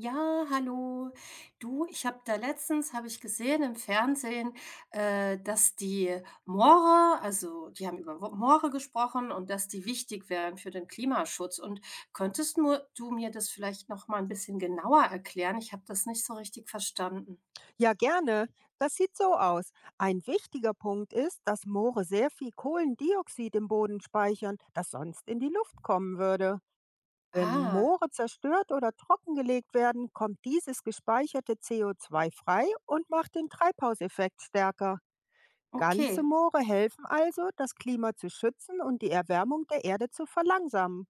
Ja, hallo. Du, ich habe da letztens, habe ich gesehen im Fernsehen, dass die Moore, also die haben über Moore gesprochen und dass die wichtig wären für den Klimaschutz. Und könntest nur du mir das vielleicht noch mal ein bisschen genauer erklären? Ich habe das nicht so richtig verstanden. Ja, gerne. Das sieht so aus. Ein wichtiger Punkt ist, dass Moore sehr viel Kohlendioxid im Boden speichern, das sonst in die Luft kommen würde. Wenn Ah, Moore zerstört oder trockengelegt werden, kommt dieses gespeicherte CO2 frei und macht den Treibhauseffekt stärker. Ganze okay, Moore helfen also, das Klima zu schützen und die Erwärmung der Erde zu verlangsamen.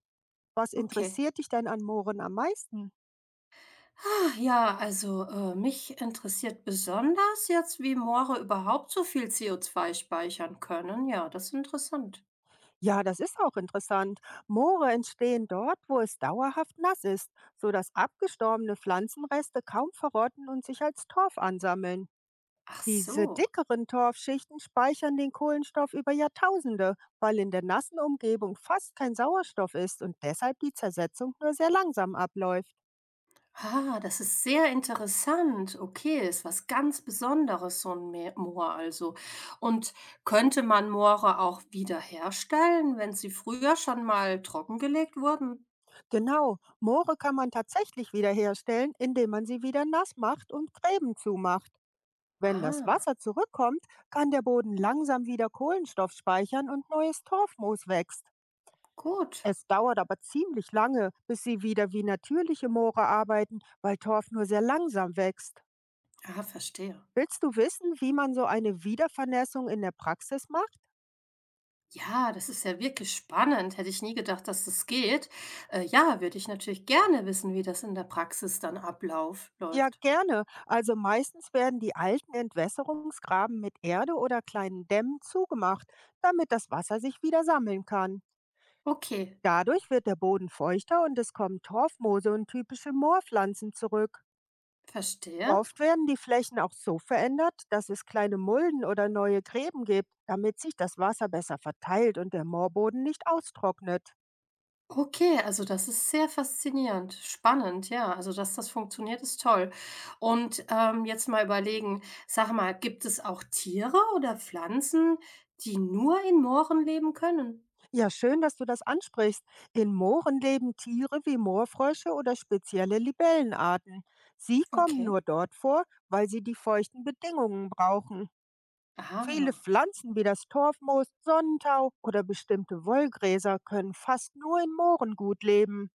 Was okay. interessiert dich denn an Mooren am meisten? Ah, ja, also mich interessiert besonders jetzt, wie Moore überhaupt so viel CO2 speichern können. Ja, das ist interessant. Ja, das ist auch interessant. Moore entstehen dort, wo es dauerhaft nass ist, sodass abgestorbene Pflanzenreste kaum verrotten und sich als Torf ansammeln. Ach Diese so. dickeren Torfschichten speichern den Kohlenstoff über Jahrtausende, weil in der nassen Umgebung fast kein Sauerstoff ist und deshalb die Zersetzung nur sehr langsam abläuft. Ah, das ist sehr interessant. Okay, ist was ganz Besonderes, so ein Me Moor also. Und könnte man Moore auch wiederherstellen, wenn sie früher schon mal trockengelegt wurden? Genau, Moore kann man tatsächlich wiederherstellen, indem man sie wieder nass macht und Gräben zumacht. Wenn das Ah, Wasser zurückkommt, kann der Boden langsam wieder Kohlenstoff speichern und neues Torfmoos wächst. gut. Es dauert aber ziemlich lange, bis sie wieder wie natürliche Moore arbeiten, weil Torf nur sehr langsam wächst. Ah, verstehe. Willst du wissen, wie man so eine Wiedervernässung in der Praxis macht? Ja, das ist ja wirklich spannend. Hätte ich nie gedacht, dass das geht. Ja, würde ich natürlich gerne wissen, wie das in der Praxis dann Ablauf Ja, läuft. gerne. Also meistens werden die alten Entwässerungsgraben mit Erde oder kleinen Dämmen zugemacht, damit das Wasser sich wieder sammeln kann. Okay, Dadurch wird der Boden feuchter und es kommen Torfmoose und typische Moorpflanzen zurück. verstehe. Oft werden die Flächen auch so verändert, dass es kleine Mulden oder neue Gräben gibt, damit sich das Wasser besser verteilt und der Moorboden nicht austrocknet. Okay, also das ist sehr faszinierend, spannend, ja. Also, dass das funktioniert, ist toll. Und, jetzt mal überlegen, sag mal, gibt es auch Tiere oder Pflanzen, die nur in Mooren leben können? Ja, schön, dass du das ansprichst. In Mooren leben Tiere wie Moorfrösche oder spezielle Libellenarten. Sie kommen Okay. nur dort vor, weil sie die feuchten Bedingungen brauchen. Viele Ah, Pflanzen wie das Torfmoos, Sonnentau oder bestimmte Wollgräser können fast nur in Mooren gut leben.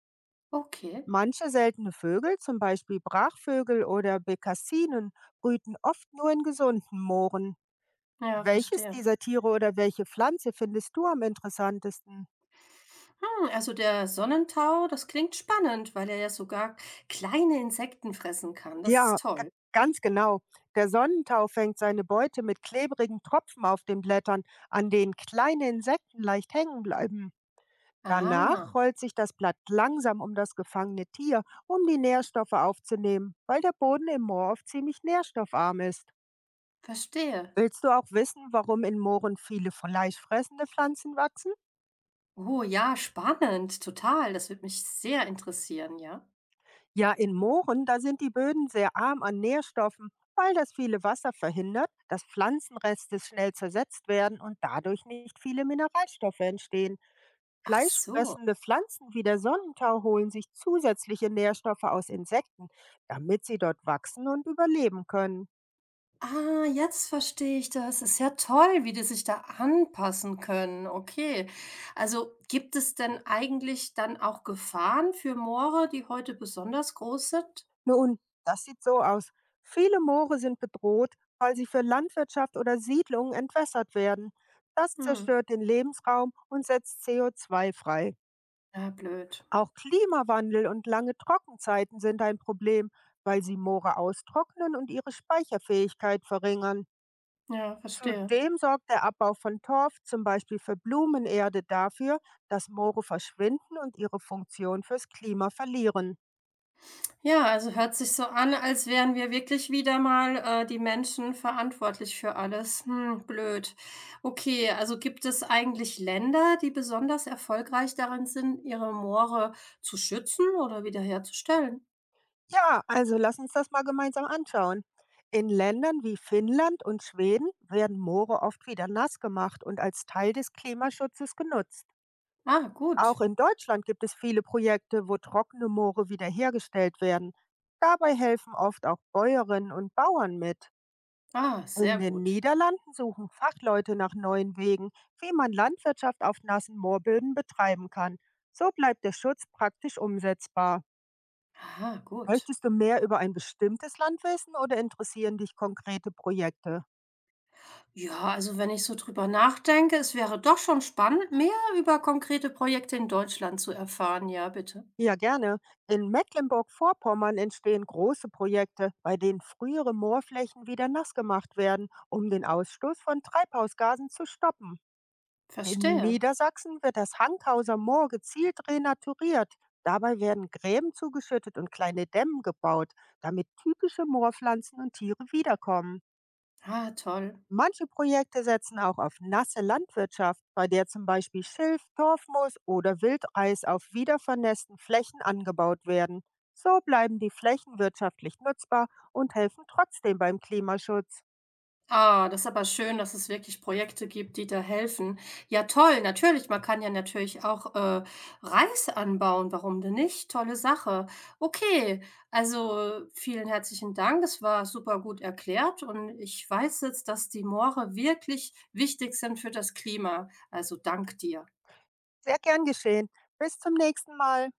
okay. Manche seltene Vögel, zum Beispiel Brachvögel oder Bekassinen, brüten oft nur in gesunden Mooren. Ja, Welches verstehe. dieser Tiere oder welche Pflanze findest du am interessantesten? Hm, also der Sonnentau, das klingt spannend, weil er ja sogar kleine Insekten fressen kann. Das Ja, ist g- toll. Ganz genau. Der Sonnentau fängt seine Beute mit klebrigen Tropfen auf den Blättern, an denen kleine Insekten leicht hängen bleiben. Danach Ah, rollt sich das Blatt langsam um das gefangene Tier, um die Nährstoffe aufzunehmen, weil der Boden im Moor oft ziemlich nährstoffarm ist. verstehe. Willst du auch wissen, warum in Mooren viele fleischfressende Pflanzen wachsen? Oh ja, spannend, total. Das würde mich sehr interessieren, ja. Ja, in Mooren, da sind die Böden sehr arm an Nährstoffen, weil das viele Wasser verhindert, dass Pflanzenreste schnell zersetzt werden und dadurch nicht viele Mineralstoffe entstehen. Ach so. Fleischfressende Pflanzen wie der Sonnentau holen sich zusätzliche Nährstoffe aus Insekten, damit sie dort wachsen und überleben können. Ah, jetzt verstehe ich das. Ist ja toll, wie die sich da anpassen können. Okay. Also gibt es denn eigentlich dann auch Gefahren für Moore, die heute besonders groß sind? Nun, das sieht so aus. Viele Moore sind bedroht, weil sie für Landwirtschaft oder Siedlungen entwässert werden. Das Hm, zerstört den Lebensraum und setzt CO2 frei. ja, blöd. Auch Klimawandel und lange Trockenzeiten sind ein Problem, weil sie Moore austrocknen und ihre Speicherfähigkeit verringern. Ja, verstehe. Zudem sorgt der Abbau von Torf, zum Beispiel für Blumenerde, dafür, dass Moore verschwinden und ihre Funktion fürs Klima verlieren. Ja, also hört sich so an, als wären wir wirklich wieder mal, die Menschen verantwortlich für alles. Hm, blöd. Okay, also gibt es eigentlich Länder, die besonders erfolgreich darin sind, ihre Moore zu schützen oder wiederherzustellen? Ja, also lass uns das mal gemeinsam anschauen. In Ländern wie Finnland und Schweden werden Moore oft wieder nass gemacht und als Teil des Klimaschutzes genutzt. Ah, gut. Auch in Deutschland gibt es viele Projekte, wo trockene Moore wiederhergestellt werden. Dabei helfen oft auch Bäuerinnen und Bauern mit. Ah, In sehr den gut. Niederlanden suchen Fachleute nach neuen Wegen, wie man Landwirtschaft auf nassen Moorböden betreiben kann. So bleibt der Schutz praktisch umsetzbar. Aha, gut. Möchtest du mehr über ein bestimmtes Land wissen oder interessieren dich konkrete Projekte? Ja, also wenn ich so drüber nachdenke, es wäre doch schon spannend, mehr über konkrete Projekte in Deutschland zu erfahren. Ja, bitte. Ja, gerne. In Mecklenburg-Vorpommern entstehen große Projekte, bei denen frühere Moorflächen wieder nass gemacht werden, um den Ausstoß von Treibhausgasen zu stoppen. In Verstehe. Niedersachsen wird das Hankhauser Moor gezielt renaturiert. Dabei werden Gräben zugeschüttet und kleine Dämmen gebaut, damit typische Moorpflanzen und Tiere wiederkommen. Ah, toll. Manche Projekte setzen auch auf nasse Landwirtschaft, bei der zum Beispiel Schilf, Torfmoos oder Wildeis auf wiedervernässten Flächen angebaut werden. So bleiben die Flächen wirtschaftlich nutzbar und helfen trotzdem beim Klimaschutz. Ah, das ist aber schön, dass es wirklich Projekte gibt, die da helfen. Ja, toll, natürlich. Man kann ja natürlich auch Reis anbauen. Warum denn nicht? Tolle Sache. Okay, also vielen herzlichen Dank. Das war super gut erklärt und ich weiß jetzt, dass die Moore wirklich wichtig sind für das Klima. Also dank dir. Sehr gern geschehen. Bis zum nächsten Mal.